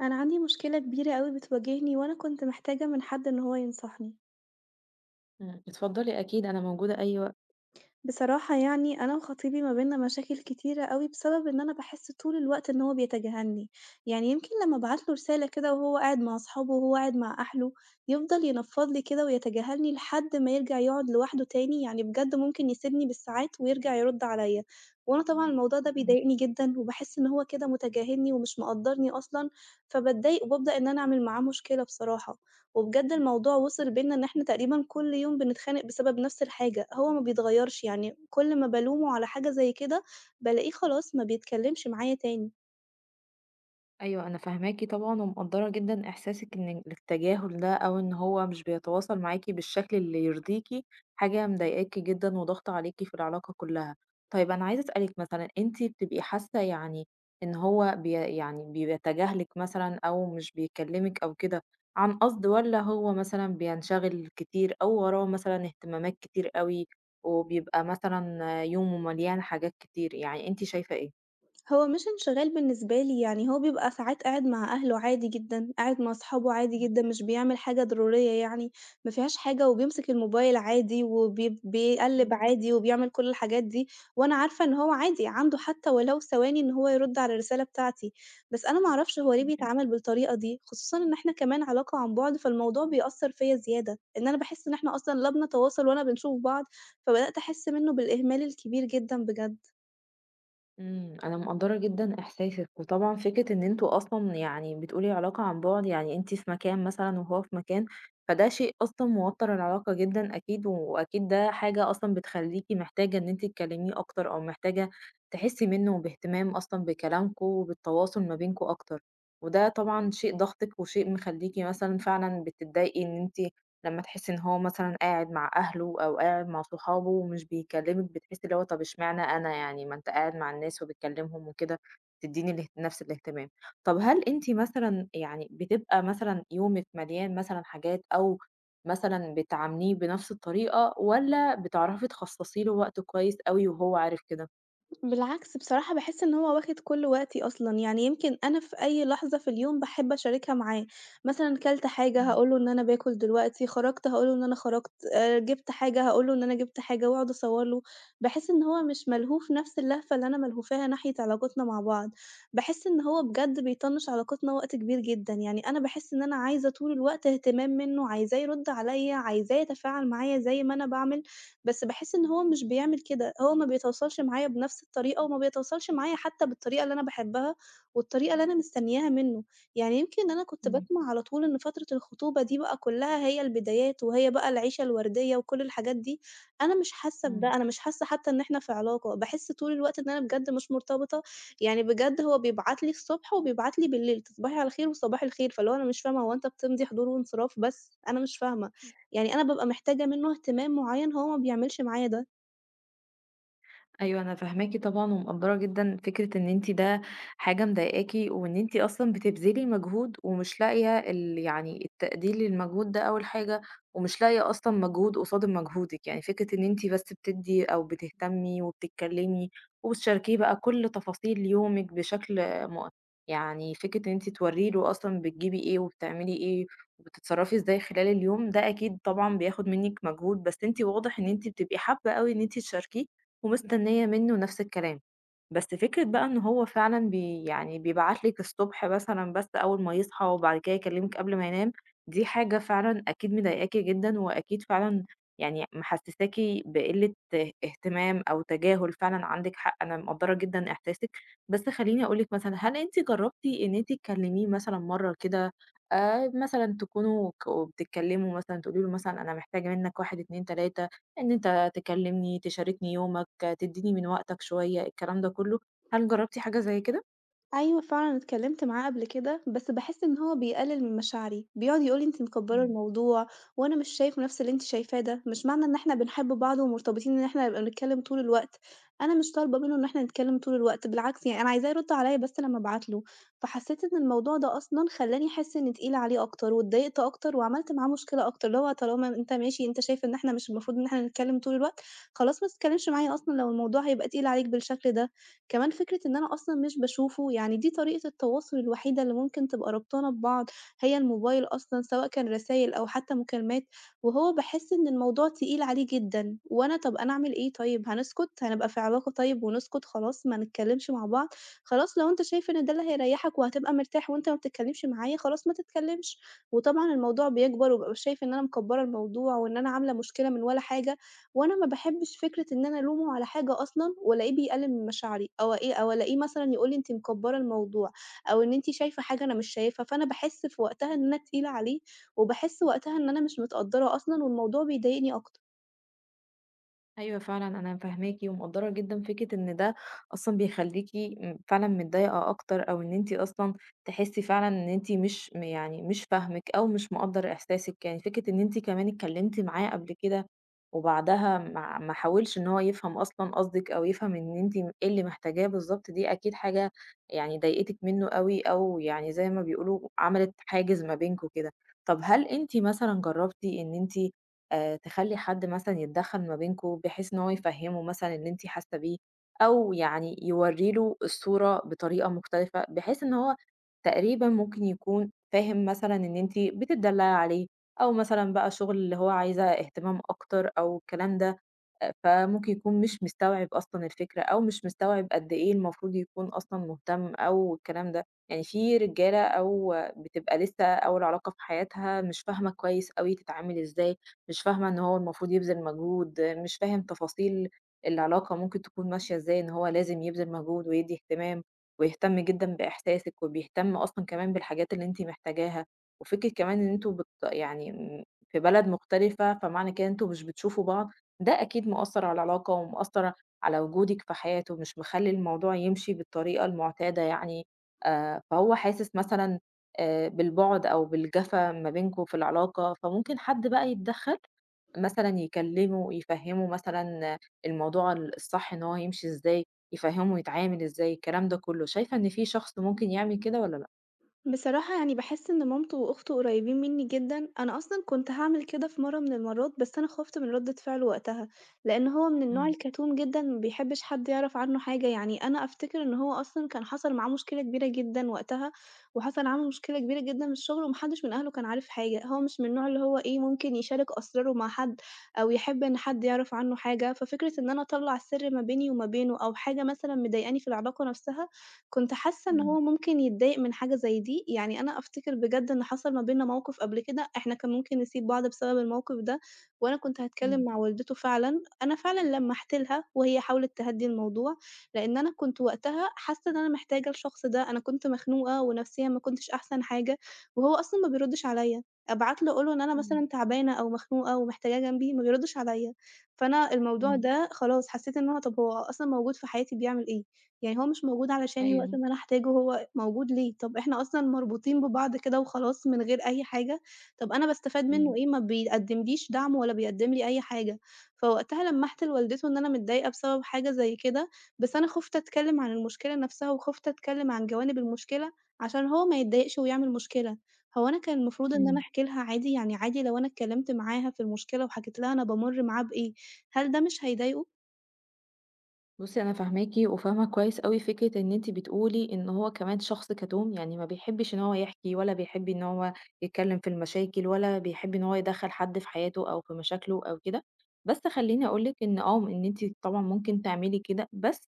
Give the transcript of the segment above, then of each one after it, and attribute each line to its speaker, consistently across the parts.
Speaker 1: أنا عندي مشكلة كبيرة أوي بتواجهني وأنا كنت محتاجة من حد إن هو ينصحني،
Speaker 2: اتفضلي أكيد أنا موجودة أي وقت.
Speaker 1: بصراحة يعني أنا وخطيبي ما بينا مشاكل كتيرة أوي بسبب إن أنا باحس طول الوقت إن هو بيتجاهلني، يعني يمكن لمّا أبعت له رسالة كده وهو قاعد مع أصحابه وهو قاعد مع أهله، يفضل ينفّض لي كده ويتجاهلني لحد ما يرجع يقعد لوحده تاني، يعني بجد ممكن يسيبني بالساعات ويرجع يرد عليا، وأنا طبعًا الموضوع ده بيضايقني جدًا وباحس إن هو كده متجاهلني ومش مقدّرني أصلًا، فباتضايق وبابدأ إن أنا أعمل معاه مشكلة بصراحة. وبجد الموضوع وصل بينا إن إحنا تقريبًا كل يوم بنتخانق بسبب نفس الحاجة، هو ما بيتغيّرش، يعني كل ما بالومه على حاجة زي كده بالاقيه خلاص ما بيتكلّمش معايا تاني.
Speaker 2: أيوه، أنا فاهماكِ طبعًا ومقدّرة جدًا إحساسِك إن التجاهل ده أو إن هو مش بيتواصل معاكِ بالشكل اللي يرضيكِ، حاجة مضايقاكِ جدًا وضاغطة عليكِ في العلاقة كلّها. طيب أنا عايزة أسألِك مثلًا أنتِ بتبقي حاسة يعني إن هو يعني بيتجاهلِك مثلًا أو مش بيكلّمِك أو كده عن قصد والّا هو مثلًا بينشغل كتير أو وراه مثلًا اهتمامات كتير أوي وبيبقى مثلًا يومه مليان حاجات كتير، يعني أنتِ شايفة إيه؟
Speaker 1: هو مش انشغال بالنسبة لي، يعني هو بيبقى ساعات قاعد مع أهله عادي جدًا، قاعد مع أصحابه عادي
Speaker 2: إمم.
Speaker 1: جدًا، مش بيعمل حاجة ضرورية يعني، ما فيهاش حاجة وبيمسك الموبايل عادي بيقلِّب عادي وبيعمل كل الحاجات دي، وأنا عارفة إن هو عادي عنده حتى ولو ثواني إن هو يرُد على الرسالة بتاعتي، بس أنا ما أعرفش هو ليه بيتعامل بالطريقة دي، خصوصًا إن إحنا كمان علاقة عن بُعد، فالموضوع بيأثّر فيّا زيادة، إن أنا باحس إن إحنا أصلًا لا بنتواصل ولا بنشوف بعض، فبدأت أحس منّه بالإهمال الكبير جدًا بجد.
Speaker 2: أنا مقدّرة جدًا إحساسِك، وطبعًا فكرة إن أنتم أصلًا يعني بتقولي علاقة عن بُعد، يعني أنتِ في مكان مثلًا وهو في مكان، فده شيء أصلًا موتّر العلاقة جدًا أكيد، وأكيد ده حاجة أصلًا بتخلّيكِ محتاجة إن أنتِ تكلّميه أكتر، أو محتاجة تحسّي منه باهتمام أصلًا بكلامكم وبالتواصل ما بينكم أكتر، وده طبعًا شيء ضاغطِك وشيء مخلّيكِ مثلًا فعلًا بتضايقي إن أنتِ لمّا تحسّي إن هو مثلًا قاعد مع أهله أو قاعد مع صحابه ومش بيكلّمِك، بتحسّي اللي هو طَب إشمعنى أنا يعني، ما أنت قاعد مع الناس وبتكلّمهم وكده، تدّيني اله نفس الاهتمام. طَب هل أنتِ مثلًا يعني بتبقى مثلًا يومِك مليان مثلًا حاجات أو مثلًا بتعامليه بنفس الطريقة والّا بتعرفي تخصّصي له وقت كويس أوي وهو عارف كده؟
Speaker 1: بالعكس بصراحة باحس إن هو واخد كل وقتي أصلًا، يعني يمكن أنا في أي لحظة في اليوم باحب أشاركها معاه، مثلًا كلت حاجة
Speaker 2: إمم،
Speaker 1: هاقول له إن أنا باكل دلوقتي، خرجت هاقول له إن أنا خرجت، جبت حاجة هاقول له إن أنا جبت حاجة، وأقعد أصور له، باحس إن هو مش ملهوف نفس اللهفة اللي أنا ملهوفاها ناحية علاقتنا مع بعض، باحس إن هو بجد بيطنش علاقتنا وقت كبير جدًا، يعني أنا باحس إن أنا عايزة طول الوقت اهتمام منه، عايزاه يرد عليَّ، عايزاه يتفاعل معايا زي ما أنا باعمل. بس باحس إن هو مش بيعمل كده، هو ما بيتواصلش معايا بنفس الطريقة وما بيتواصلش معايا حتى بالطريقة اللي أنا باحبها والطريقة اللي أنا مستنياها منّه، يعني يمكن أنا كنت
Speaker 2: إمم،
Speaker 1: باسمع على طول إن فترة الخطوبة دي بقى كلّها هي البدايات وهي بقى العيشة الوردية وكل الحاجات دي، أنا مش حاسة بده،
Speaker 2: إمم.
Speaker 1: أنا مش حاسة حتى إن إحنا في علاقة، باحس طول الوقت إن أنا بجد مش مرتبطة، يعني بجد هو بيبعت لي الصبح وبيبعت لي بالليل، تصبحي على خير وصباح الخير، فاللي هو أنا مش فاهمة هو أنت بتمضي حضور وانصراف بس؟ أنا مش فاهمة. يعني أنا بابقى محتاجة منّه اهتمام معيّن هو ما بيعملش معايا ده.
Speaker 2: أيوه، أنا فاهماكِ طبعًا ومقدّرة جدًا فكرة إن أنتِ ده حاجة مضايقاكِ، وإن أنتِ أصلًا بتبذلي مجهود ومش لاقية يعني التقدير للمجهود ده أول حاجة، ومش لاقية أصلًا مجهود قصاد مجهودِك، يعني فكرة إن أنتِ بس بتدّي أو بتهتمي وبتتكلمي وبتشاركيه بقى كل تفاصيل يومِك بشكل م يعني فكرة إن أنتِ تورّي له أصلًا بتجيبي إيه وبتعملي إيه وبتتصرّفي إزاي خلال اليوم، ده أكيد طبعًا بياخد منِّك مجهود، بس أنتِ واضح إن أنتِ بتبقي حابة أوي إن أنتِ تشاركيه ومستنية منه نفس الكلام. بس فكرة بقى إن هو فعلًا يعني بيبعت لِك الصبح مثلًا بس أول ما يصحى وبعد كده يكلمِك قبل ما ينام، دي حاجة فعلًا أكيد مضايقاكِ جدًا، وأكيد فعلًا يعني محسساكِ بقلة اهتمام أو تجاهل فعلًا عندِك حق، أنا مقدّرة جدًا إحساسِك. بس خلّيني أقول لِك مثلًا، هل أنتِ جربتِ إن أنتِ تكلميه مثلًا مرة كده مثلًا تكونوا بتتكلموا مثلًا تقولي له مثلًا أنا محتاجة منك 1، 2، 3 إن أنت تكلّمني، تشاركني يومك، تدّيني من وقتك شوية، الكلام ده كلّه، هل جرّبتِ حاجة زي كده؟
Speaker 1: أيوه فعلًا اتكلّمت معاه قبل كده، بس باحس إن هو بيقلل من مشاعري، بيقعد يقول لي: "أنتِ مكبّرة
Speaker 2: إمم.
Speaker 1: الموضوع، وأنا مش شايف نفس اللي أنتِ شايفاه ده، مش معنى إن إحنا بنحب بعض ومرتبطين إن إحنا نبقى بنتكلّم طول الوقت." أنا مش طالبة منه إن إحنا نتكلّم طول الوقت، بالعكس يعني أنا عايزاه يرُد عليّا بس لمّا أبعت له، فحسّيت إن الموضوع ده أصلًا خلّاني أحس إني تقيلة عليه أكتر واتضايقت أكتر وعملت معاه مشكلة أكتر، اللي هو طالما أنت ماشي أنت شايف إن إحنا مش المفروض إن إحنا نتكلّم طول الوقت، خلاص ما تتكلّمش معايا أصلًا لو الموضوع هيبقى تقيل عليك بالشكل ده. كمان فكرة إن أنا أصلًا مش باشوفه، يعني دي طريقة التواصل الوحيدة اللي ممكن تبقى رابطانا ببعض، هي الموبايل أصلًا سواء كان رسايل أو حتى مكالمات، وهو باحس إن الموضوع تقيل عليه جدًا، وأنا طَب أنا أعمل إيه طيب، هنسكت، هنبقى في علاقة طيب ونسكت خلاص ما نتكلمش مع بعض؟ خلاص لو أنت شايف إن ده اللي هيريحك وهتبقى مرتاح وأنت ما بتتكلمش معايا، خلاص ما تتكلمش، وطبعًا الموضوع بيكبر وبابقى شايفة إن أنا مكبرة الموضوع وإن أنا عاملة مشكلة من ولا حاجة، وأنا ما باحبش فكرة إن أنا ألومه على حاجة أصلًا وألاقيه بيقلل من مشاعري، أو إيه أو ألاقيه مثلًا يقول لي أنتِ مكبّرة الموضوع، أو إن أنتِ شايفة حاجة أنا مش شايفها، فأنا باحس في وقتها إن أنا تقيلة عليه، وباحس وقتها إن أنا مش متقدّرة أصلًا، والموضوع بيضايقني أكتر.
Speaker 2: أيوه، فعلًا أنا فاهماكِ ومقدّرة جدًا فكرة إن ده أصلًا بيخلّيكِ فعلًا متضايقة أكتر أو إن أنتِ أصلًا تحسّي فعلًا إن أنتِ مش يعني مش فاهمِك أو مش مقدّر إحساسِك، يعني فكرة إن أنتِ كمان اتكلّمتِ معاه قبل كده وبعدها ما حاولش إن هو يفهم أصلًا قصدِك أو يفهم إن أنتِ إيه اللي محتاجاه بالضبط، دي أكيد حاجة يعني ضايقتِك منّه أوي أو يعني زي ما بيقولوا عملت حاجز ما بينكم كده. طَب هل أنتِ مثلًا جرّبتِ إن أنتِ تخلّي حد مثلًا يتدخّل ما بينكم، بحيث إن هو يفهّمه مثلًا اللي أنتِ حاسة بيه، أو يعني يورّي له الصورة بطريقة مختلفة، بحيث إن هو تقريبًا ممكن يكون فاهم مثلًا إن أنتِ بتتدلّعي عليه، أو مثلًا بقى شغل اللي هو عايزة اهتمام أكتر أو الكلام ده، فممكن يكون مش مستوعب أصلًا الفكرة، أو مش مستوعب قد إيه المفروض يكون أصلًا مهتم أو الكلام ده، يعني في رجالة أو بتبقى لسه أول علاقة في حياتها مش فاهمة كويس أوي تتعامل إزاي، مش فاهمة إن هو المفروض يبذل مجهود، مش فاهم تفاصيل العلاقة ممكن تكون ماشية إزاي، إن هو لازم يبذل مجهود ويدّي اهتمام ويهتم جدًا بإحساسِك وبيهتم أصلًا كمان بالحاجات اللي أنتِ محتاجاها، وفكرة كمان إن أنتم يعني في بلد مختلفة، فمعنى كده إن أنتم مش بتشوفوا بعض، ده أكيد مأثّر على العلاقة ومأثّر على وجودِك في حياته، مش مخلّي الموضوع يمشي بالطريقة المعتادة يعني، فهو حاسس مثلًا بالبُعد أو بالجفا ما بينكم في العلاقة، فممكن حد بقى يتدخّل مثلًا يكلّمه، يفهّمه مثلًا الموضوع الصح إن هو يمشي إزاي، يفهّمه يتعامل إزاي، الكلام ده كلّه، شايفة إن في شخص ممكن يعمل كده والّا لأ؟
Speaker 1: بصراحة يعني باحس إن مامته وأخته قريبين مني جدًا، أنا أصلًا كنت هاعمل كده في مرة من المرات، بس أنا خُفت من ردة فعله وقتها، لإن هو من النوع
Speaker 2: إمم،
Speaker 1: الكتوم جدًا ما بيحبش حد يعرف عنه حاجة، يعني أنا أفتكر إن هو أصلًا كان حصل معاه مشكلة كبيرة جدًا وقتها، وحصل عنده مشكلة كبيرة جدًا في الشغل وما حدش من أهله كان عارف حاجة، هو مش من النوع اللي هو إيه ممكن يشارك أسراره مع حد، أو يحب إن حد يعرف عنه حاجة، ففكرة إن أنا أطلّع السر ما بيني وما بينه أو حاجة مثلًا مضايقاني في العلاقة نفسها كنت حاسة إن
Speaker 2: إمم،
Speaker 1: هو ممكن يتضايق من حاجة زي دي، يعني أنا أفتكر بجد إن حصل ما بيننا موقف قبل كده، إحنا كان ممكن نسيب بعض بسبب الموقف ده، وأنا كنت هاتكلم
Speaker 2: إمم،
Speaker 1: مع والدته فعلًا، أنا فعلًا لمّحت لها وهي حاولت تهدّي الموضوع، لإن أنا كنت وقتها حاسة إن أنا محتاجة الشخص ده، أنا كنت مخنوقة ونفسيًا ما كنتش أحسن حاجة، وهو أصلًا ما بيردش عليَّ، أبعت له أقول له إن أنا
Speaker 2: إمم،
Speaker 1: مثلًا تعبانة أو مخنوقة ومحتاجاه جنبي، ما بيردش عليَّ، فأنا الموضوع
Speaker 2: إمم،
Speaker 1: ده خلاص حسيت إن هو طب هو أصلًا موجود في حياتي بيعمل إيه؟ يعني هو مش موجود علشاني وقت
Speaker 2: أيوه،
Speaker 1: ما أنا أحتاجه هو موجود ليه؟ طب إحنا أصلًا مربوطين ببعض كده وخلاص من غير أي حاجة، طب أنا باستفاد منه
Speaker 2: إمم،
Speaker 1: إيه؟ ما بيقدّمليش دعم ولا بيقدّم لي أي حاجة، فوقتها لمّحت لوالدته إن أنا متضايقة بسبب حاجة زي كده، بس أنا خُفت أتكلّم عن المشكلة نفسها وخُفت أتكلّم عن جوانب المشكلة عشان هو ما يتضايقش ويعمل مشكلة، هو أنا كان المفروض إن أنا
Speaker 2: إمم.
Speaker 1: أحكي لها عادي؟ يعني عادي لو أنا اتكلّمت معاها في المشكلة وحكيت لها أنا بامُر معاه بإيه، هل ده مش هيضايقه؟
Speaker 2: بُصّي أنا فاهماكِ وفاهمة كويس أوي فكرة إن أنتِ بتقولي إن هو كمان شخص كتوم، يعني ما بيحبّش إن هو يحكي ولا بيحب إن هو يتكلّم في المشاكل ولا بيحب إن هو يدخّل حد في حياته أو في مشاكله أو كده، بس خلّيني أقول لِك إن آه، إن أنتِ طبعًا ممكن تعملي كده، بس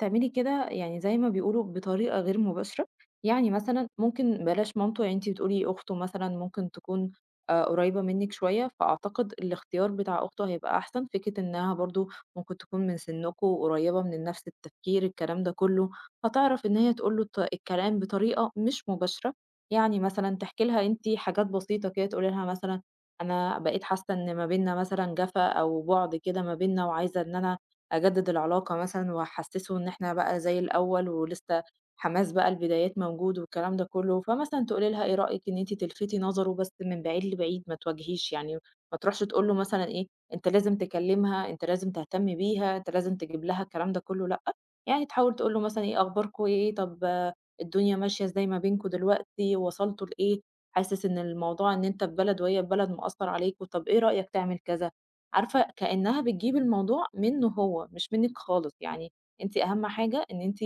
Speaker 2: تعملي كده يعني زي ما بيقولوا بطريقة غير مباشرة، يعني مثلًا ممكن بلاش مامته يعني أنتِ بتقولي أخته مثلًا ممكن تكون قريّبة منِّك شوية، فأعتقد الاختيار بتاع أخته هيبقى أحسن، فكرة إنها برضه ممكن تكون من سنكم وقريبة من نفس التفكير الكلام ده كله، هتعرف إن هي تقول له الكلام بطريقة مش مباشرة، يعني مثلا تحكي لها أنت حاجات بسيطة كده، تقولي لها مثلا أنا بقيت حاسة إن ما بينا مثلا جفا أو بعد كده ما بينا وعايزة إن أنا أجدد العلاقة مثلا وأحسسه إن إحنا بقى زي الأول ولسه حماس بقى البدايات موجود والكلام ده كله، فمثلا تقولي لها ايه رأيك ان انت تلفتي نظره بس من بعيد لبعيد ما تواجهيش، يعني ما تروحش تقول له مثلا ايه، أنت لازم تكلمها، أنت لازم تهتم بيها، أنت لازم تجيب لها الكلام ده كله، لأ، يعني تحاول تقول له مثلًا إيه أخباركم إيه، طب آه، الدنيا ماشية إزاي ما بينكم دلوقتي، وصلتوا لإيه، حاسس إن الموضوع إن أنت في بلد وهي في بلد مأثّر عليكم، طب إيه رأيك تعمل كذا، عارفة كإنها بتجيب الموضوع منّه هو مش منِّك خالص، يعني أنتِ أهم حاجة إن أنتِ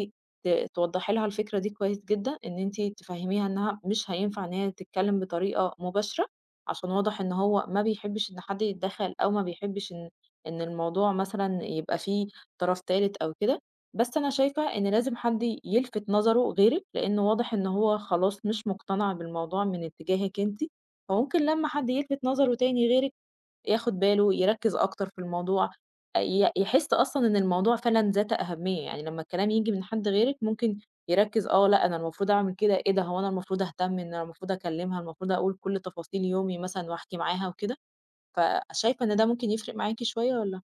Speaker 2: توضّحي لها الفكرة دي كويس جدًا، إن أنتِ تفهّميها إنها مش هينفع إن هي تتكلم بطريقة مباشرة. عشان واضح إن هو ما بيحبش إن حد يتدخل أو ما بيحبش إن الموضوع مثلًا يبقى فيه طرف تالت أو كده، بس أنا شايفة إن لازم حد يلفت نظره غيرِك، لأنه واضح إن هو خلاص مش مقتنع بالموضوع من اتجاهِك أنتِ، فممكن لمّا حد يلفت نظره تاني غيرِك ياخد باله، يركّز أكتر في الموضوع، أ ي يحس أصلًا إن الموضوع فعلًا ذات أهمية، يعني لمّا الكلام ييجي من حد غيرِك ممكن يركّز آه، لأ أنا المفروض أعمل كده، إيه ده هو أنا المفروض أهتم، إن أنا المفروض أكلمها، المفروض أقول كل تفاصيل يومي مثلًا وأحكي معاها وكده، فشايفة إن ده ممكن يفرق معاكِ شوية والّا؟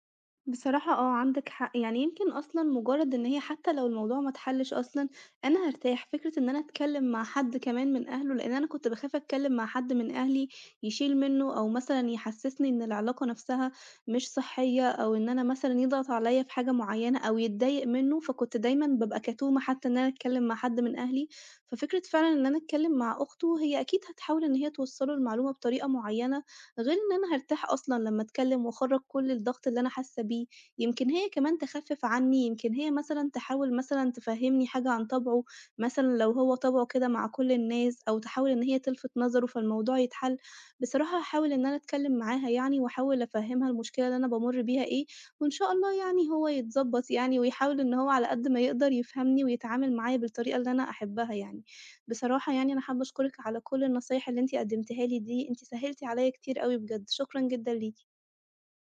Speaker 1: بصراحة آه، عندك حق، يعني يمكن أصلًا مجرد إن هي حتى لو الموضوع ما اتحلش أصلًا، أنا هارتاح، فكرة إن أنا أتكلم مع حد كمان من أهله، لإن أنا كنت باخاف أتكلم مع حد من أهلي يشيل منه، أو مثلًا يحسسني إن العلاقة نفسها مش صحية، أو إن أنا مثلًا يضغط عليَّ في حاجة معينة، أو يتضايق منه، فكنت دايمًا بابقى كتومة حتى إن أنا أتكلم مع حد من أهلي، ففكرة فعلًا إن أنا أتكلم مع أخته، هي أكيد هتحاول إن هي توصّله المعلومة بطريقة معينة. غير إن أنا هارتاح أصلًا لمّا أتكلّم وأخرّج كل الضغط اللي أنا حاسة بيه، يمكن هي كمان تخفف عني، يمكن هي مثلًا تحاول مثلًا تفهّمني حاجة عن طبعه، مثلًا لو هو طبعه كده مع كل الناس، أو تحاول إن هي تلفت نظره فالموضوع يتحل. بصراحة هاحاول إن أنا أتكلّم معاها يعني، وأحاول أفهّمها المشكلة اللي أنا بامُر بيها إيه، وإن شاء الله يعني هو يتضبّط يعني، ويحاول إن هو على قد ما يقدر يفهمني ويتعامل معايا بالطريقة اللي أنا أحبها يعني. بصراحة يعني أنا حابة أشكرِك على كل النصايح اللي أنتِ قدّمتيها لي دي، أنتِ سهّلتِ عليّا كتير أوي بجد، شكرًا جدًا ليكِ.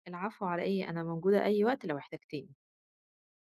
Speaker 2: العفو على إيه، أنا موجودة أي وقت لو احتجتيني.